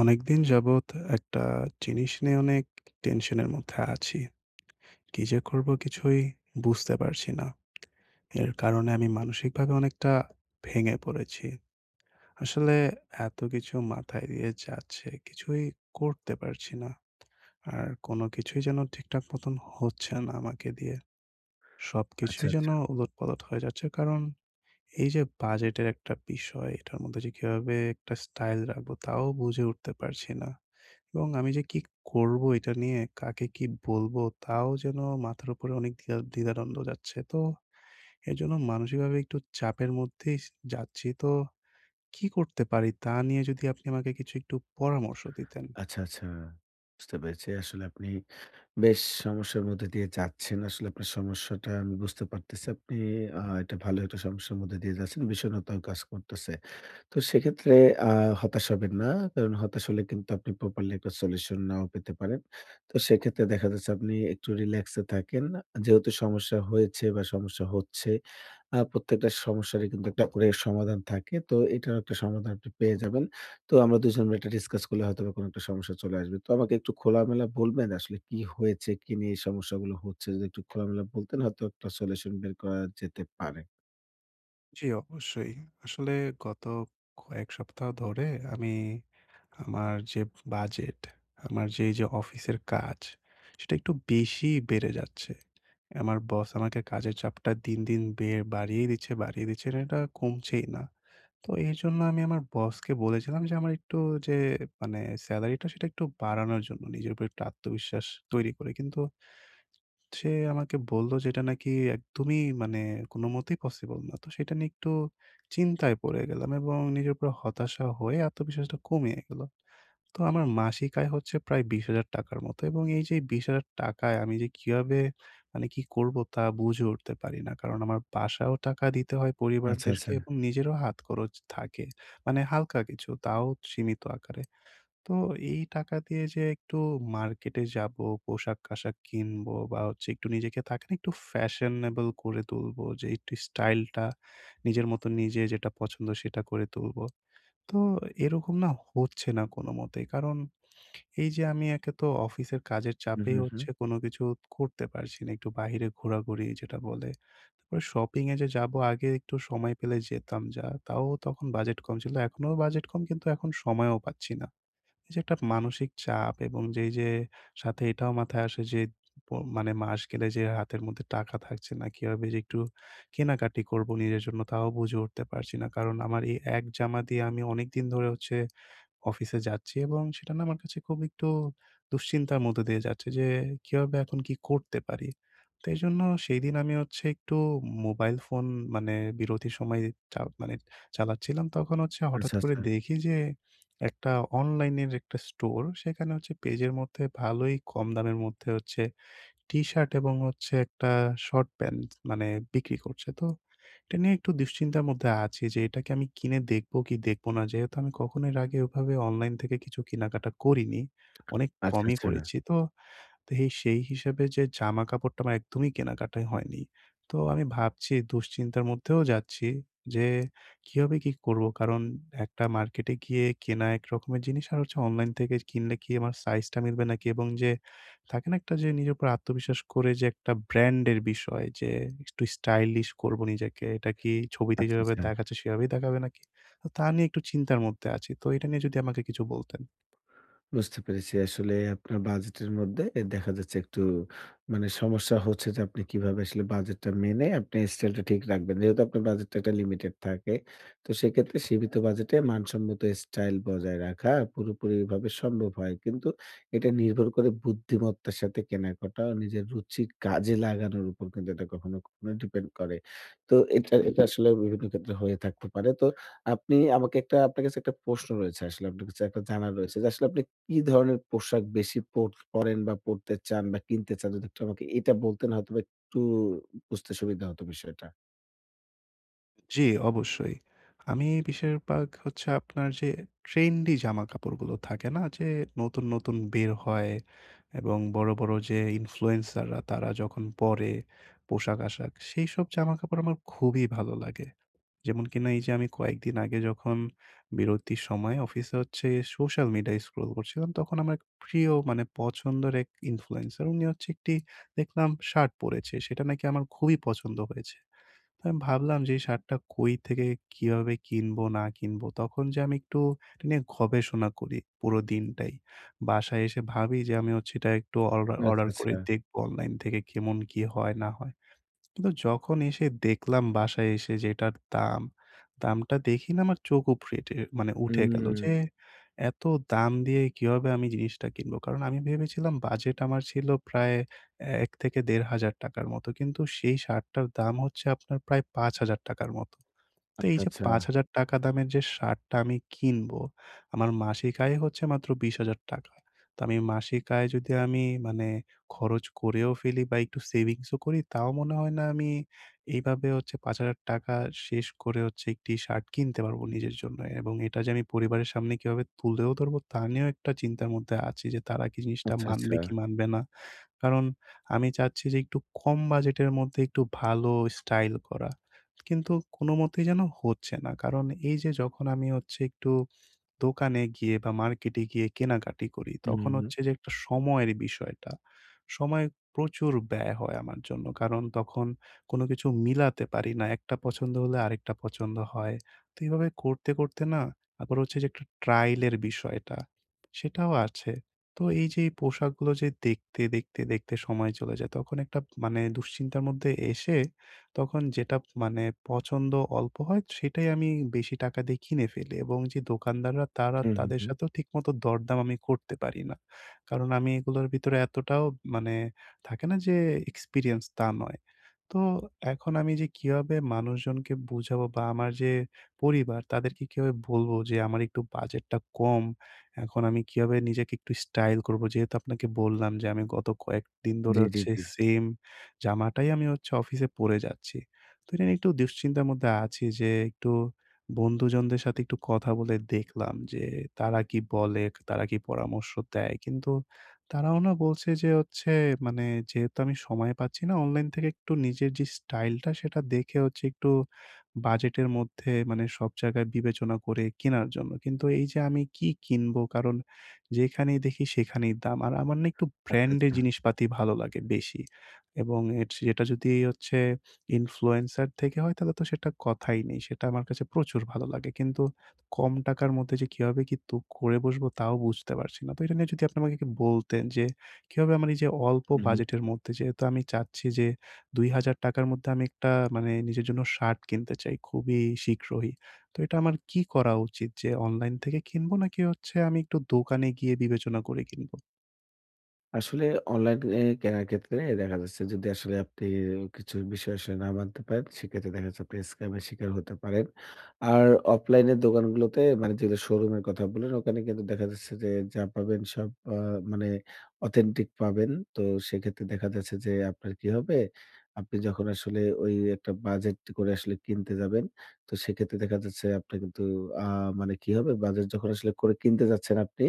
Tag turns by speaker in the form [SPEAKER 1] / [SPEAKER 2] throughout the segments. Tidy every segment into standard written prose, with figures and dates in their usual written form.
[SPEAKER 1] অনেকদিন যাবৎ একটা জিনিস নিয়ে অনেক টেনশনের মধ্যে আছি। কি যে করব কিছুই বুঝতে পারছি না। এর কারণে আমি মানসিকভাবে অনেকটা ভেঙে পড়েছি। আসলে এত কিছু মাথায় দিয়ে যাচ্ছে, কিছুই করতে পারছি না। আর কোন কিছুই যেন ঠিকঠাক মতন হচ্ছে না আমাকে দিয়ে।
[SPEAKER 2] আচ্ছা,
[SPEAKER 1] সবকিছুই যেন
[SPEAKER 2] আচ্ছা,
[SPEAKER 1] উলটপালট হয়ে যাচ্ছে। কারণ এই যে বাজেটের একটা বিষয়, এটার মধ্যে যে কিভাবে একটা স্টাইল রাখবো তাও বুঝে উঠতে পারছি না। এবং আমি যে কি করব এটা নিয়ে, কাকে কি বলবো তাও যেন মাথার উপরে অনেক দ্বিধাদ্বন্দ্ব যাচ্ছে। তো এজন্য মানসিকভাবে একটু চাপের মধ্যেই যাচ্ছি। তো কি করতে পারি তা নিয়ে যদি আপনি আমাকে কিছু একটু পরামর্শ দিতেন।
[SPEAKER 2] আচ্ছা, আচ্ছা। বুঝতে পেরেছি। আসলে আপনি বেশ সমস্যার মধ্যে দিয়ে যাচ্ছেন। আসলে আপনার সমস্যাটা আমি বুঝতে পারতেছি। আপনি একটা ভালো একটা সমস্যার মধ্যে দিয়ে যাচ্ছেন। বিষণ্ণতাও কাজ করতেছে। তো সেক্ষেত্রে আ হতাশ হবেন না। কারণ হতাশ হলে কিন্তু আপনি প্রপারলি একটা সলিউশন নাও পেতে পারেন। তো সেক্ষেত্রে দেখা যাচ্ছে আপনি একটু রিল্যাক্স এ থাকেন। যেহেতু সমস্যা হয়েছে বা সমস্যা হচ্ছে, প্রত্যেকটা সমস্যারই কিন্তু একটা করে সমাধান থাকে। তো এটারও একটা সমাধান আপনি পেয়ে যাবেন। তো আমরা ২ জন মিলে এটা ডিসকাস করলে হয়তোবা কোনো একটা সমস্যা চলে আসবে। তো আমাকে একটু খোলামেলা বলবেন আসলে কি হয়েছে? কি নিয়ে এই সমস্যাগুলো হচ্ছে? যদি একটু খোলামেলা বলতেন হয়তো একটা সলিউশন বের করা যেতে পারে।
[SPEAKER 1] জি, অবশ্যই। আসলে গত কয়েক সপ্তাহ ধরে আমি আমার যে বাজেট, আমার যে এই যে অফিসের কাজ, সেটা একটু বেশিই বেড়ে যাচ্ছে। আমার বস আমাকে কাজের চাপটা দিন, দিন বাড়িয়েই দিচ্ছে, বাড়িয়ে দিচ্ছে। আর এটা কমছেই না। তো এজন্য আমি আমার বসকে বলেছিলাম যে আমার একটু যে মানে সেলারিটা সেটা একটু বাড়ানোর জন্য নিজের উপর একটু আত্মবিশ্বাস তৈরি করে। কিন্তু সে আমাকে বলল যে এটা নাকি একদমই মানে কোনমতেই পসিবল না। তো সেটা নিয়ে একটু চিন্তায় পড়ে গেলাম, এবং নিজের উপর হতাশা হয়ে আত্মবিশ্বাসটা কমিয়ে গেল। তো আমার মাসিক আয় হচ্ছে প্রায় 20,000 টাকার মতো, এবং এই যে 20,000 টাকায় আমি যে কিভাবে মানে কি করব তা বুঝে উঠতে পারি না। কারণ আমার বাসাও টাকা দিতে হয়
[SPEAKER 2] আচ্ছা,
[SPEAKER 1] পরিবারদেরকে,
[SPEAKER 2] আচ্ছা।
[SPEAKER 1] এবং নিজেরও হাত খরচ থাকে। মানে হালকা কিছু, তাও সীমিত আকারে। তো এই টাকা দিয়ে যে একটু মার্কেটে যাব, পোশাক-আশাক কিনবো বা হচ্ছে একটু নিজেকে থাকে না একটু ফ্যাশনেবল করে তুলবো, যে একটু স্টাইলটা নিজের মতো নিজে যেটা পছন্দ সেটা করে তুলবো। তো এরকম না, হচ্ছে না কোনমতেই। কারণ এই যে আমি একে তো অফিসের কাজের
[SPEAKER 2] হু,
[SPEAKER 1] চাপে
[SPEAKER 2] হু, হু।
[SPEAKER 1] হচ্ছে কোনো কিছু করতে পারছি না। একটু বাহিরে ঘোরাঘুরি যেটা বলে। তারপরে শপিং এ যে যাবো, আগে একটু সময় পেলে যেতাম যা, তাও তখন বাজেট কম ছিল। এখনো বাজেট কম, কিন্তু এখন সময়ও পাচ্ছি না। এই যে একটা মানসিক চাপ, এবং যেই যে সাথে এটাও মাথায় আসে যে প মানে মাস গেলে যে হাতের মধ্যে টাকা থাকছে না। কিভাবে যে একটু কেনাকাটি করবো নিজের জন্য তাও বুঝে উঠতে পারছি না। কারণ আমার এই এক জামা দিয়ে আমি অনেকদিন ধরে হচ্ছে অফিসে যাচ্ছি, এবং সেটা না আমার কাছে খুব একটু দুশ্চিন্তার মধ্যে দিয়ে যাচ্ছে যে কিভাবে এখন কি করতে পারি। তো এজন্য সেইদিন আমি হচ্ছে একটু মোবাইল ফোন, মানে বিরতির সময় চা মানে চালাচ্ছিলাম। তখন হচ্ছে হঠাৎ
[SPEAKER 2] আচ্ছা,
[SPEAKER 1] করে
[SPEAKER 2] আচ্ছা।
[SPEAKER 1] দেখি যে একটা অনলাইনের একটা স্টোর, সেখানে হচ্ছে পেজের মধ্যে ভালোই কম দামের মধ্যে হচ্ছে টি-শার্ট, এবং হচ্ছে একটা শর্ট প্যান্ট মানে বিক্রি করছে। তো এটা নিয়ে একটু দুশ্চিন্তার মধ্যে আছি যে এটা কি আমি কিনে দেখবো কি দেখবো না? যেহেতু আমি কখনো এর আগে ওভাবে অনলাইন থেকে কিছু কেনাকাটা করিনি। অনেক
[SPEAKER 2] আচ্ছা,
[SPEAKER 1] কমই
[SPEAKER 2] আচ্ছা।
[SPEAKER 1] করেছি। তো তো এই সেই হিসেবে যে জামাকাপড়টা আমার একদমই কেনাকাটাই হয়নি। তো আমি ভাবছি, দুশ্চিন্তার মধ্যেও যাচ্ছি যে কিভাবে কি করব? কারণ একটা মার্কেটে গিয়ে কেনা এক রকমের জিনিস, আর হচ্ছে অনলাইন থেকে কিনলে কি আমার সাইজটা মিলবে নাকি, এবং যে থাকে না একটা যে নিজের উপর আত্মবিশ্বাস করে যে একটা ব্র্যান্ডের বিষয় যে একটু স্টাইলিশ করব নিজেকে। এটা কি ছবিতে
[SPEAKER 2] আচ্ছা,
[SPEAKER 1] যেভাবে
[SPEAKER 2] আচ্ছা।
[SPEAKER 1] দেখাচ্ছে সেভাবেই দেখাবে নাকি? তো তা নিয়ে একটু চিন্তার মধ্যে আছি। তো এটা নিয়ে যদি আমাকে কিছু বলতেন।
[SPEAKER 2] বুঝতে পেরেছি। আসলে আপনার বাজেটের মধ্যে দেখা যাচ্ছে একটু সমস্যা হচ্ছে যে আপনি কিভাবে আসলে বাজেটটা মেনে আপনি স্টাইলটা ঠিক রাখবেন। যেহেতু আপনার বাজেটটা একটা লিমিটেড থাকে। তো সেক্ষেত্রে সীমিত বাজেটে মানসম্মত স্টাইল বজায় রাখা পুরোপুরিভাবে সম্ভব হয়। কিন্তু এটা নির্ভর করে বুদ্ধিমত্তার সাথে কেনাকাটা ও নিজের রুচির কাজে লাগানোর উপর কিন্তু এটা কখনো, কখনো ডিপেন্ড করে। তো এটা এটা আসলে বিভিন্ন ক্ষেত্রে হয়ে থাকতে পারে। তো আপনি আমাকে একটা আপনার কাছে একটা প্রশ্ন রয়েছে আসলে আপনার কাছে একটা জানার রয়েছে যে আসলে আপনি কি ধরনের পোশাক বেশি পরেন বা পড়তে চান বা কিনতে চান? যদি একটু আমাকে এটা বলতেন হয়তোবা একটু বুঝতে সুবিধা হতো বিষয়টা।
[SPEAKER 1] জি, অবশ্যই। আমি বেশিরভাগ হচ্ছে আপনার যে ট্রেন্ডি জামাকাপড়গুলো থাকে না? যে নতুন, নতুন বের হয়, এবং বড়, বড় যে ইনফ্লুয়েন্সাররা তারা যখন পরে পোশাক-আশাক, সেইসব জামাকাপড় আমার খুবই ভালো লাগে। যেমন কিনা এই যে আমি কয়েকদিন আগে যখন বিরতির সময় অফিসে হচ্ছে সোশ্যাল মিডিয়ায় স্ক্রল করছিলাম, তখন আমার এক প্রিয় মানে পছন্দের এক ইনফ্লুয়েন্সার উনি হচ্ছে একটি দেখলাম শার্ট পরেছে। সেটা নাকি আমার খুবই পছন্দ হয়েছে। তো আমি ভাবলাম যে এই সারটা কই থেকে কিভাবে কিনবো না কিনবো? তখন যে আমি একটু এটা নিয়ে গবেষণা করি পুরো দিনটাই। বাসায় এসে ভাবি যে আমি হচ্ছে এটা একটু অর্ডা
[SPEAKER 2] আচ্ছা,
[SPEAKER 1] অর্ডার করে
[SPEAKER 2] আচ্ছা।
[SPEAKER 1] দেখবো অনলাইন থেকে কেমন কি হয় না হয়। কিন্তু যখন এসে দেখলাম বাসায় এসে যে এটার দাম, দামটা দেখি না আমার চোখ উপড়ে টে মানে উঠে গেল যে
[SPEAKER 2] হুম।
[SPEAKER 1] এত দাম দিয়ে কিভাবে আমি জিনিসটা কিনবো? কারণ আমি ভেবেছিলাম বাজেট আমার ছিল প্রায় ১ থেকে ৳১,৫০০ মতো। কিন্তু সেই শার্টটার দাম হচ্ছে আপনার প্রায় ৳৫,০০০ মতো। তো এই
[SPEAKER 2] আচ্ছা,
[SPEAKER 1] যে
[SPEAKER 2] আচ্ছা।
[SPEAKER 1] ৳৫,০০০ দামের যে শার্টটা আমি কিনবো, আমার মাসিক আয় হচ্ছে মাত্র ৳২০,০০০। তো আমি মাসিক আয় যদি আমি মানে খরচ করেও ফেলি বা একটু সেভিংস ও করি, তাও মনে হয় না আমি এইভাবে হচ্ছে ৳৫,০০০ শেষ করে হচ্ছে একটি শার্ট কিনতে পারবো নিজের জন্য, এবং এটা যে আমি পরিবারের সামনে কিভাবে তুলেও ধরবো তা নিয়েও একটা চিন্তার মধ্যে আছি যে তারা কি জিনিসটা
[SPEAKER 2] আচ্ছা, আচ্ছা।
[SPEAKER 1] মানবে কি মানবে না। কারণ আমি চাচ্ছি যে একটু কম বাজেটের মধ্যে একটু ভালো স্টাইল করা। কিন্তু কোনমতেই যেন হচ্ছে না। কারণ এই যে যখন আমি হচ্ছে একটু দোকানে গিয়ে বা মার্কেটে গিয়ে কেনাকাটি করি,
[SPEAKER 2] হুম,
[SPEAKER 1] তখন
[SPEAKER 2] হুম।
[SPEAKER 1] হচ্ছে যে একটা সময়ের বিষয়টা। সময় প্রচুর ব্যয় হয় আমার জন্য। কারণ তখন কোনো কিছু মিলাতে পারি না। একটা পছন্দ হলে আরেকটা পছন্দ হয়। তো এভাবে করতে, করতে না আবার হচ্ছে যে একটা ট্রায়াল এর বিষয়টা, সেটাও আছে। তো এই যে এই পোশাকগুলো যে দেখতে, দেখতে, দেখতে সময় চলে যায়, তখন একটা মানে দুশ্চিন্তার মধ্যে এসে তখন যেটা মানে পছন্দ অল্প হয় সেটাই আমি বেশি টাকা দিয়ে কিনে ফেলি, এবং যে দোকানদাররা তারা
[SPEAKER 2] হুম, হুম,
[SPEAKER 1] তাদের
[SPEAKER 2] হুম।
[SPEAKER 1] সাথেও ঠিকমতো দরদাম আমি করতে পারি না। কারণ আমি এগুলোর ভিতরে এতটাও মানে থাকে না যে এক্সপেরিয়েন্স তা নয়। তো এখন আমি যে কিভাবে মানুষজনকে বুঝাবো বা আমার যে পরিবার তাদেরকে কিভাবে বলবো যে আমার একটু বাজেটটা কম। এখন আমি কিভাবে নিজেকে একটু স্টাইল করবো? যেহেতু আপনাকে বললাম যে আমি গত কয়েকদিন ধরে
[SPEAKER 2] জি, জি,
[SPEAKER 1] হচ্ছে
[SPEAKER 2] জি।
[SPEAKER 1] সেম জামাটাই আমি হচ্ছে অফিসে পরে যাচ্ছি। তো এটা নিয়ে একটু দুশ্চিন্তার মধ্যে আছি যে একটু বন্ধুজনদের সাথে একটু কথা বলে দেখলাম যে তারা কি বলে, তারা কি পরামর্শ দেয়? কিন্তু তারাও না বলছে যে হচ্ছে মানে যেহেতু আমি সময় পাচ্ছি না অনলাইন থেকে একটু নিজের যে স্টাইলটা সেটা দেখে হচ্ছে একটু বাজেটের মধ্যে মানে সব জায়গায় বিবেচনা করে কেনার জন্য। কিন্তু এই যে আমি কি কিনবো? কারণ যেখানেই দেখি সেখানেই দাম। আর আমার না একটু
[SPEAKER 2] আচ্ছা,
[SPEAKER 1] ব্র্যান্ডের
[SPEAKER 2] আচ্ছা।
[SPEAKER 1] জিনিসপাতি ভালো লাগে বেশি। এবং সেটা যদি হচ্ছে ইনফ্লুয়েন্সার থেকে হয় তাহলে তো সেটা কথাই নেই। সেটা আমার কাছে প্রচুর ভালো লাগে। কিন্তু কম টাকার মধ্যে যে কিভাবে কিন্তু করে বসবো তাও বুঝতে পারছি না। তো এটা নিয়ে যদি আপনি আমাকে একটু বলতেন যে কিভাবে আমার এই যে অল্প
[SPEAKER 2] হুম।
[SPEAKER 1] বাজেটের মধ্যে যেহেতু আমি চাচ্ছি যে ৳২,০০০ র মধ্যে আমি একটা মানে নিজের জন্য শার্ট কিনতে চাই খুবই শীঘ্রই। তো এটা আমার কি করা উচিত যে অনলাইন থেকে কিনবো নাকি হচ্ছে আমি একটু দোকানে গিয়ে বিবেচনা করে কিনবো?
[SPEAKER 2] আসলে অনলাইনে কেনার ক্ষেত্রে দেখা যাচ্ছে যদি আসলে আপনি কিছু বিষয় আসলে না মানতে পারেন, সেক্ষেত্রে দেখা যাচ্ছে আপনি স্ক্যামের শিকার হতে পারেন। আর অফলাইনের দোকানগুলোতে যেগুলো শোরুমের কথা বললেন, ওখানে কিন্তু দেখা যাচ্ছে যে যা পাবেন সব আ মানে অথেন্টিক পাবেন। তো সেক্ষেত্রে দেখা যাচ্ছে যে আপনার কি হবে? আপনি যখন আসলে ওই একটা বাজেট করে আসলে কিনতে যাবেন, তো সেক্ষেত্রে দেখা যাচ্ছে আপনার কিন্তু আ মানে কি হবে? বাজেট যখন আসলে করে কিনতে যাচ্ছেন আপনি,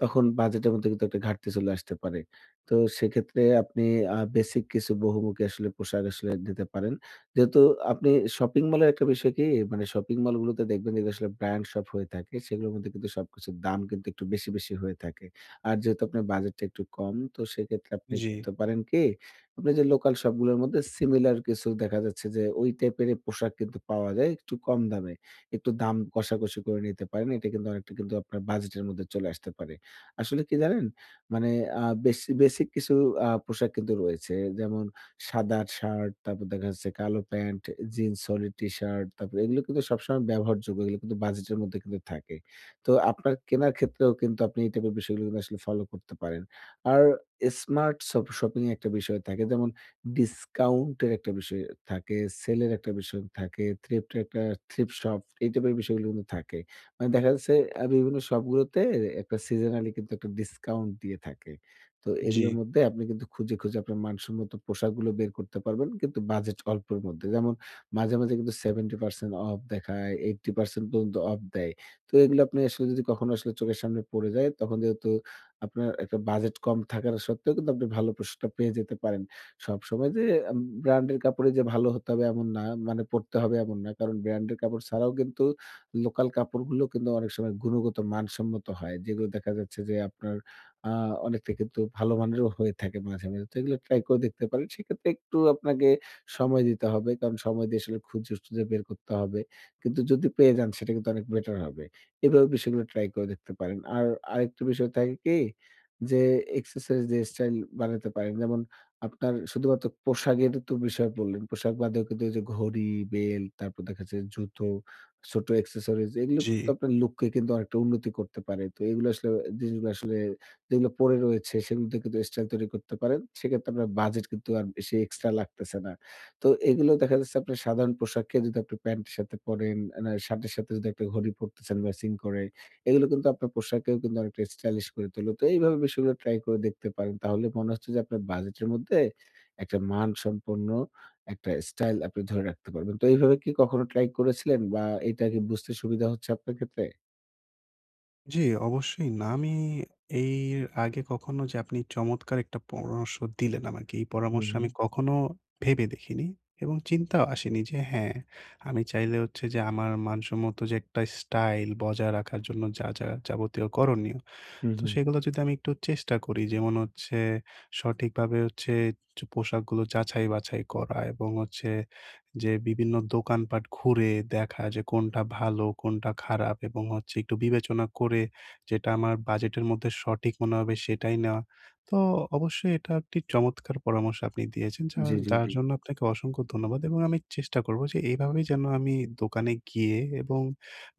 [SPEAKER 2] তখন বাজেটের মধ্যে কিন্তু একটা ঘাটতি চলে আসতে পারে। তো সেক্ষেত্রে আপনি বেসিক কিছু বহুমুখী আসলে পোশাক আসলে নিতে পারেন। যেহেতু আপনি শপিং মলের একটা বিষয় কি শপিং মলগুলোতে দেখবেন যেগুলো আসলে ব্র্যান্ড শপ হয়ে থাকে সেগুলোর মধ্যে কিন্তু সবকিছুর দাম কিন্তু একটু বেশি হয়ে থাকে। আর যেহেতু আপনার বাজেটটা একটু কম তো সেক্ষেত্রে আপনি
[SPEAKER 1] জি,
[SPEAKER 2] করতে পারেন কি আপনি যে লোকাল শপগুলোর মধ্যে সিমিলার কিছু দেখা যাচ্ছে যে ওই টাইপের পোশাক কিন্তু পাওয়া যায় একটু কম দামে। একটু দাম কষাকষি করে নিতে পারেন। এটা কিন্তু অনেকটা কিন্তু আপনার বাজেটের মধ্যে চলে আসতে পারে। আসলে কি জানেন? মানে আ বেস বেসিক কিছু পোশাক কিন্তু রয়েছে। যেমন সাদা শার্ট, তারপর দেখা যাচ্ছে কালো প্যান্ট, জিন্স, সলিড টি-শার্ট, তারপরে এগুলো কিন্তু সবসময় ব্যবহারযোগ্য। এগুলো কিন্তু বাজেটের মধ্যে কিন্তু থাকে। তো আপনার কেনার ক্ষেত্রেও কিন্তু আপনি এই টাইপের বিষয়গুলো কিন্তু আসলে ফলো করতে পারেন। আর স্মার্ট শপ শপিং এর একটা বিষয় থাকে। যেমন ডিসকাউন্ট এর একটা বিষয় থাকে, সেল এর একটা বিষয় থাকে, থ্রিফ্ট এর একটা থ্রিফ্ট শপ এই টাইপের বিষয়গুলো কিন্তু থাকে। দেখা যাচ্ছে বিভিন্ন শপগুলোতে একটা seasonally কিন্তু একটা ডিসকাউন্ট দিয়ে থাকে। তো
[SPEAKER 1] জি,
[SPEAKER 2] এগুলোর মধ্যে আপনি কিন্তু খুঁজে আপনার মানসম্মত পোশাকগুলো বের করতে পারবেন কিন্তু বাজেট অল্পের মধ্যে। যেমন মাঝে, মাঝে কিন্তু 70% অফ দেখায়, 80% পর্যন্ত অফ দেয়। তো এগুলো আপনি আসলে যদি কখনো আসলে চোখের সামনে পড়ে যায় তখন যেহেতু আপনার একটা বাজেট কম থাকার সত্ত্বেও কিন্তু আপনি ভালো পোশাকটা পেয়ে যেতে পারেন। সবসময় যে আম ব্র্যান্ডের কাপড়ে যে ভালো হতে হবে এমন না, পড়তে হবে এমন না। কারণ ব্র্যান্ডের কাপড় ছাড়াও কিন্তু লোকাল কাপড়গুলো কিন্তু অনেক সময় গুণগত মানসম্মত হয়। যেগুলো দেখা যাচ্ছে যে আপনার আ অনেকটা কিন্তু ভালো মানেরও হয়ে থাকে মাঝে, মাঝে। তো এগুলো ট্রাই করে দেখতে পারেন। সেক্ষেত্রে একটু আপনাকে সময় দিতে হবে। কারণ সময় দিয়ে আসলে খুঁজে-টুজে বের করতে হবে। কিন্তু যদি পেয়ে যান সেটা কিন্তু অনেক বেটার হবে। এভাবে বিষয়গুলো ট্রাই করে দেখতে পারেন। আর আরেকটা বিষয় থাকে কি? যে এক্সেসরিজ যে স্টাইল বানাতে পারেন। যেমন আপনার শুধুমাত্র পোশাকের তো বিষয় বললেন। পোশাক বাদেও কিন্তু ওই যে ঘড়ি, বেল্ট তারপর দেখা যাচ্ছে জুতো ছোট অ্যাক্সেসরিজ এগুলো
[SPEAKER 1] জি।
[SPEAKER 2] কিন্তু আপনার লুককে কিন্তু অনেকটা উন্নতি করতে পারে। তো এগুলো আসলে জিনিসগুলো আসলে যেগুলো পড়ে রয়েছে সেগুলো থেকে কিন্তু স্টাইল তৈরি করতে পারেন। সেক্ষেত্রে আপনার বাজেট কিন্তু আর বেশি এক্সট্রা লাগতেছে না। তো এগুলো দেখা যাচ্ছে আপনার সাধারণ পোশাককে যদি আপনি প্যান্টের সাথে পরেন, না শার্টের সাথে যদি একটা ঘড়ি পরতেছেন ম্যাচিং করে, এগুলো কিন্তু আপনার পোশাককেও কিন্তু অনেকটা স্টাইলিশ করে তোলে। তো এইভাবে বিষয়গুলো ট্রাই করে দেখতে পারেন। তাহলে মনে হচ্ছে যে আপনার বাজেটের মধ্যে একটা মানসম্পন্ন একটা স্টাইল আপনি ধরে রাখতে পারবেন। তো এইভাবে কি কখনো ট্রাই করেছিলেন বা এটা কি বুঝতে সুবিধা হচ্ছে আপনার ক্ষেত্রে?
[SPEAKER 1] জি, অবশ্যই না। আমি এর আগে কখনো যে আপনি চমৎকার একটা পরামর্শ দিলেন আমাকে, এই পরামর্শ
[SPEAKER 2] হুম,
[SPEAKER 1] আমি কখনো ভেবে দেখিনি, এবং চিন্তাও আসেনি যে হ্যাঁ, আমি চাইলে হচ্ছে যে আমার মানসম্মত যে একটা স্টাইল বজায় রাখার জন্য যা, যা যাবতীয় করণীয়,
[SPEAKER 2] হুম,
[SPEAKER 1] তো
[SPEAKER 2] হুম।
[SPEAKER 1] সেগুলো যদি আমি একটু চেষ্টা করি, যেমন হচ্ছে সঠিকভাবে হচ্ছে যে পোশাকগুলো যাচাই বাছাই করা, এবং হচ্ছে যে বিভিন্ন দোকানপাট ঘুরে দেখা যে কোনটা ভালো কোনটা খারাপ, এবং হচ্ছে একটু বিবেচনা করে যেটা আমার বাজেটের মধ্যে সঠিক মনে হবে সেটাই নেওয়া। তো অবশ্যই এটা একটি চমৎকার পরামর্শ আপনি দিয়েছেন যা,
[SPEAKER 2] জি, জি,
[SPEAKER 1] যার
[SPEAKER 2] জি।
[SPEAKER 1] জন্য আপনাকে অসংখ্য ধন্যবাদ, এবং আমি চেষ্টা করব যে এভাবেই যেন আমি দোকানে গিয়ে এবং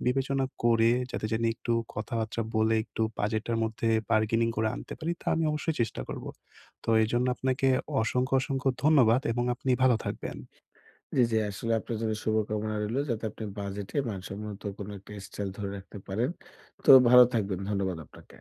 [SPEAKER 1] বিবেচনা করে, যাতে জানি একটু কথাবার্তা বলে একটু বাজেটটার মধ্যে বার্গেনিং করে আনতে পারি, তা আমি অবশ্যই চেষ্টা করব। তো এজন্য আপনাকে অসংখ্য, অসংখ্য ধন্যবাদ, এবং আপনি ভালো থাকবেন।
[SPEAKER 2] জি, জি, আসলে আপনার জন্য শুভকামনা রইলো যাতে আপনি বাজেটে মানসম্মত কোনো একটা স্টাইল ধরে রাখতে পারেন। তো ভালো থাকবেন। ধন্যবাদ আপনাকে।